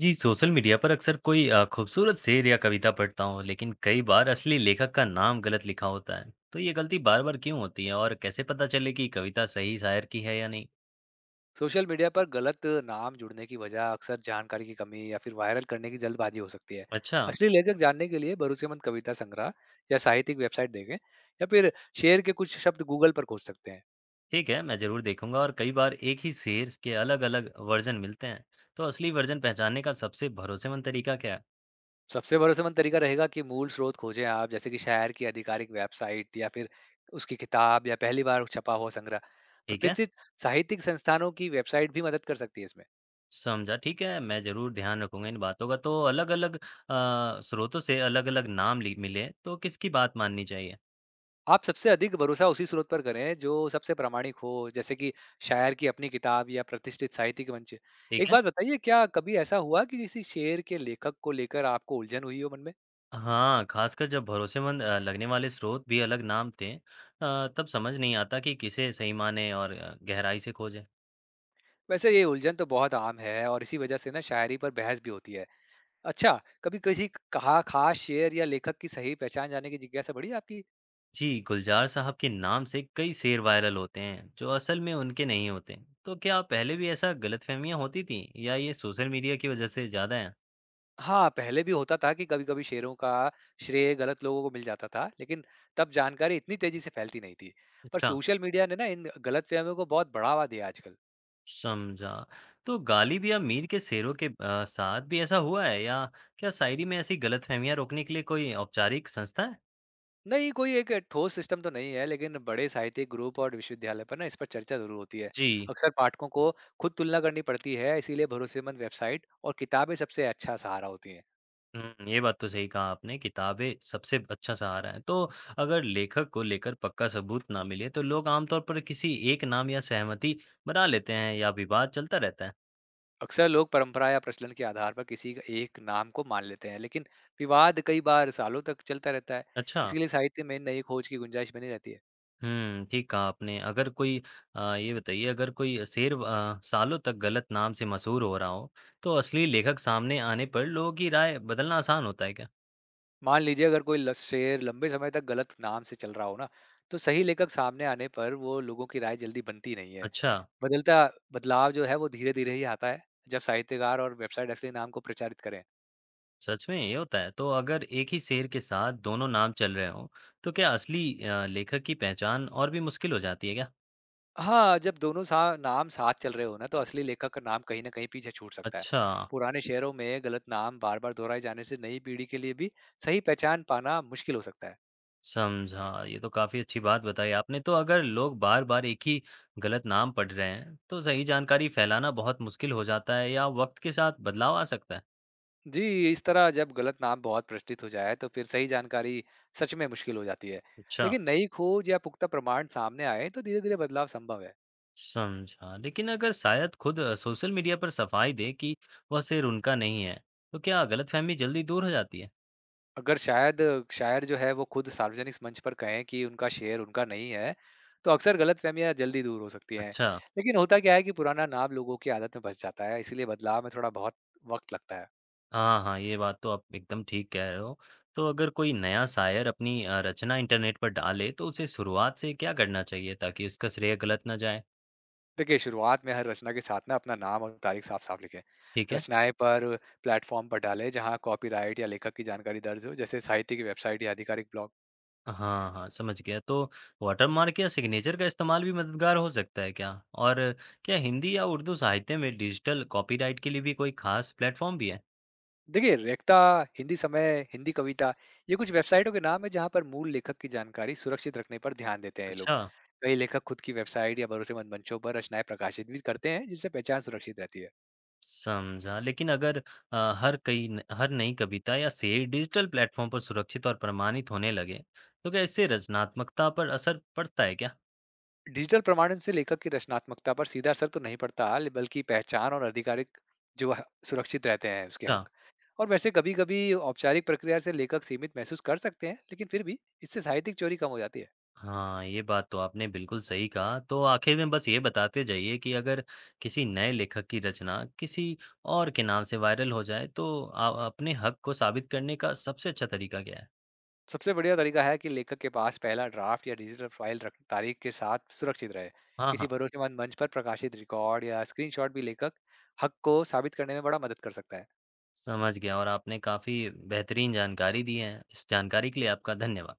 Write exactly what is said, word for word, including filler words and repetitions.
जी social media पर अक्सर कोई अ, खूबसूरत शेर या कविता पढ़ता हूँ लेकिन कई बार असली लेखक का नाम गलत लिखा होता है। तो ये गलती बार बार क्यों होती है और कैसे पता चले कि कविता सही शायर की है या नहीं। सोशल मीडिया पर गलत नाम जुड़ने की वजह अक्सर जानकारी की कमी या फिर वायरल करने की जल्दबाजी हो सकती है। अच्छा। असली लेखक जानने के लिए भरोसेमंद कविता संग्रह या साहित्यिक वेबसाइट देखें, या फिर शेयर के कुछ शब्द गूगल पर खोज सकते हैं। ठीक है, मैं जरूर देखूंगा। और कई बार एक ही शेर के अलग अलग वर्जन मिलते हैं, तो असली वर्जन पहचानने का सबसे भरोसेमंद तरीका क्या है। सबसे भरोसेमंद तरीका रहेगा कि मूल स्रोत खोजें आप, जैसे कि शहर की आधिकारिक वेबसाइट या फिर उसकी किताब या पहली बार छपा हुआ संग्रह। ठीक है। प्रतिष्ठित साहित्यिक संस्थानों की वेबसाइट भी मदद कर सकती है इसमें। समझा। ठीक है, मैं जरूर ध्यान रखूंगा इन बातों का। तो अलग अलग स्रोतों से अलग अलग नाम लि- मिले तो किसकी बात माननी चाहिए। आप सबसे अधिक भरोसा उसी स्रोत पर करें जो सबसे प्रामाणिक हो, जैसे कि शायर की अपनी किताब या प्रतिष्ठित साहित्यिक मंच। ठीक एक है। बात बताइए, क्या कभी ऐसा हुआ कि किसी शेर के लेखक को लेकर आपको उलझन हुई हो मन में? हाँ, खासकर जब भरोसेमंद अ, लगने वाले स्रोत भी अलग नाम दें, अ, तब समझ नहीं आता कि किसे सही माने और अ, गहराई से खोजें। वैसे ये उलझन तो बहुत आम है, और इसी वजह से ना शायरी पर बहस भी होती है। अच्छा, कभी किसी कहा खास शेर या लेखक की सही पहचान जानने की जिज्ञासा बढ़ी आपकी? जी, गुलजार साहब के नाम से कई शेर वायरल होते हैं, जो असल में उनके नहीं होते। तो क्या पहले भी ऐसा गलतफहमियां होती थीं, या ये सोशल मीडिया की वजह से ज़्यादा है? हाँ, पहले भी होता था कि कभी-कभी शेयरों का श्रेय गलत लोगों को मिल जाता था, लेकिन तब जानकारी इतनी तेज़ी से फैलती नहीं थी। पर अच्छा। सोशल मीडिया ने ना इन गलतफ़हमियों को बहुत बढ़ावा दिया है आजकल। समझा। तो गालिब या मीर के शेरों के अ, साथ भी ऐसा हुआ है, या क्या शायरी में ऐसी गलतफहमियां रोकने के लिए कोई औपचारिक संस्था है? नहीं, कोई एक ठोस सिस्टम तो नहीं है, लेकिन बड़े साहित्यिक ग्रुप और विश्वविद्यालय पर ना इस पर चर्चा ज़रूर होती है। जी। अक्सर पाठकों को खुद तुलना करनी पड़ती है, इसीलिए भरोसेमंद वेबसाइट और किताबें सबसे अच्छा सहारा होती हैं। हुँ, ये बात तो सही कहा आपने, किताबें सबसे अच्छा सहारा है। तो अगर लेखक को लेकर पक्का सबूत ना मिले, तो लोग आमतौर पर किसी एक नाम या सहमति बना लेते हैं या विवाद चलता रहता है। अक्सर लोग परंपरा या प्रचलन के आधार पर किसी का एक नाम को मान लेते हैं, लेकिन विवाद कई बार सालों तक चलता रहता है। अच्छा। इसके लिए साहित्य में नई खोज की गुंजाइश बनी रहती है। हुँ, ठीक कहा आपने। अगर कोई अ, ये बताइए, अगर कोई शेर अ, सालों तक गलत नाम से मशहूर हो रहा हो, तो असली लेखक सामने आने पर लोगों की राय बदलना आसान होता है क्या? मान लीजिए, अगर कोई ल- शेर लंबे समय तक गलत नाम से चल रहा हो ना, तो सही लेखक सामने आने पर वो लोगों की राय जल्दी बनती नहीं है। अच्छा। बदलता बदलाव जो है वो धीरे धीरे ही आता है, जब साहित्यकार और वेबसाइट ऐसे नाम को प्रचारित करें। सच में ये होता है। तो अगर एक ही शेर के साथ दोनों नाम चल रहे हों, तो क्या असली अ, लेखक की पहचान और भी मुश्किल हो जाती है क्या? हाँ, जब दोनों सा नाम साथ चल रहे हो ना, तो असली लेखक का नाम कहीं न कहीं पीछे छूट सकता है। अच्छा, पुराने शेयरों में गलत नाम बार-बार दोहराए जाने से नई पीढ़ी के लिए भी सही पहचान पाना मुश्किल हो सकता है। समझा। ये तो काफ़ी अच्छी बात बताई आपने। तो अगर लोग बार-बार एक ही गलत नाम पढ़ रहे हैं, तो सही जानकारी फैलाना बहुत मुश्किल हो जाता है या वक़्त के साथ बदलाव आ सकता है? जी, इस तरह जब गलत नाम बहुत प्रतिष्ठित हो जाए, तो फिर सही जानकारी सच में मुश्किल हो जाती है। अच्छा, लेकिन नई खोज या पुख्ता प्रमाण सामने आए, तो धीरे-धीरे बदलाव संभव है। समझा। लेकिन अगर शायद खुद अ, सोशल मीडिया पर सफाई दे कि वह शेर उनका नहीं है, तो क्या गलतफ़हमी जल्दी दूर हो जाती है? अगर शायद शायर जो है वो खुद सार्वजनिक मंच पर कहें कि उनका शेर उनका नहीं है, तो अक्सर गलतफ़हमियाँ जल्दी दूर हो सकती हैं। अच्छा। लेकिन होता क्या है कि पुराना नाम लोगों की आदत में बस जाता है, इसीलिए बदलाव में थोड़ा बहुत वक़्त लगता है। हाँ, हाँ, ये बात तो आप एकदम ठीक कह रहे हो। तो अगर कोई नया शायर अपनी अ, रचना इंटरनेट पर डाले तो उसे शुरुआत से क्या करना चाहिए ताकि उसका श्रेय गलत ना जाए? देखिए, शुरुआत में हर रचना के साथ ना अपना नाम और तारीख साफ-साफ लिखें। ठीक है? रचनाएँ पर प्लेटफ़ॉर्म पर डालें जहाँ कॉपीराइट या लेखक की जानकारी दर्ज हो, जैसे साहित्य की वेबसाइट या आधिकारिक ब्लॉग। हाँ, हाँ, समझ गया। तो वाटरमार्क या सिग्नेचर का इस्तेमाल भी मददगार हो सकता है क्या? और क्या हिंदी या उर्दू साहित्य में डिजिटल कॉपीराइट के लिए भी कोई खास प्लेटफॉर्म भी है? देखिए, रेक्टा, हिंदी समय, हिंदी कविता, ये कुछ वेबसाइटों के नाम है जहां पर मूल लेखक की जानकारी सुरक्षित रखने पर ध्यान देते हैं ये लोग। अच्छा। कई लेखक खुद की वेबसाइट या भरोसेमंद मंचों पर रचनाएं प्रकाशित भी करते हैं, जिससे पहचान सुरक्षित रहती है। समझा। लेकिन अगर अ, हर कई न हर नई कविता या शेर डिजिटल प्लेटफ़ॉर्म पर सुरक्षित और प्रमाणित होने लगे, तो क्या इससे रचनात्मकता पर असर पड़ता है क्या? डिजिटल प्रमाणन से लेखक की रचनात्मकता पर सीधा असर तो नहीं पड़ता, ले- बल्कि पहचान और आधिकारिक जो ह- सुरक्षित रहते हैं उसके अच्छा। हक। और वैसे कभी कभी औपचारिक प्रक्रिया से लेखक सीमित महसूस कर सकते हैं, लेकिन फिर भी इससे साहित्यिक चोरी कम हो जाती है। हाँ, ये बात तो आपने बिल्कुल सही कहा। तो आखिर में बस ये बताते जाइए कि अगर किसी नए लेखक की रचना किसी और के नाम से वायरल हो जाए, तो अ, अपने हक को साबित करने का सबसे अच्छा तरीका क्या है? सबसे बढ़िया तरीका है कि लेखक के पास पहला ड्राफ्ट या डिजिटल फाइल रख तारीख के साथ सुरक्षित रहे। हाँ, हाँ। किसी भरोसेमंद मंच पर प्रकाशित रिकॉर्ड या स्क्रीनशॉट भी लेखक हक को साबित करने में बड़ा मदद कर सकता है। समझ गया और आपने काफ़ी बेहतरीन जानकारी दी है। इस जानकारी के लिए आपका धन्यवाद।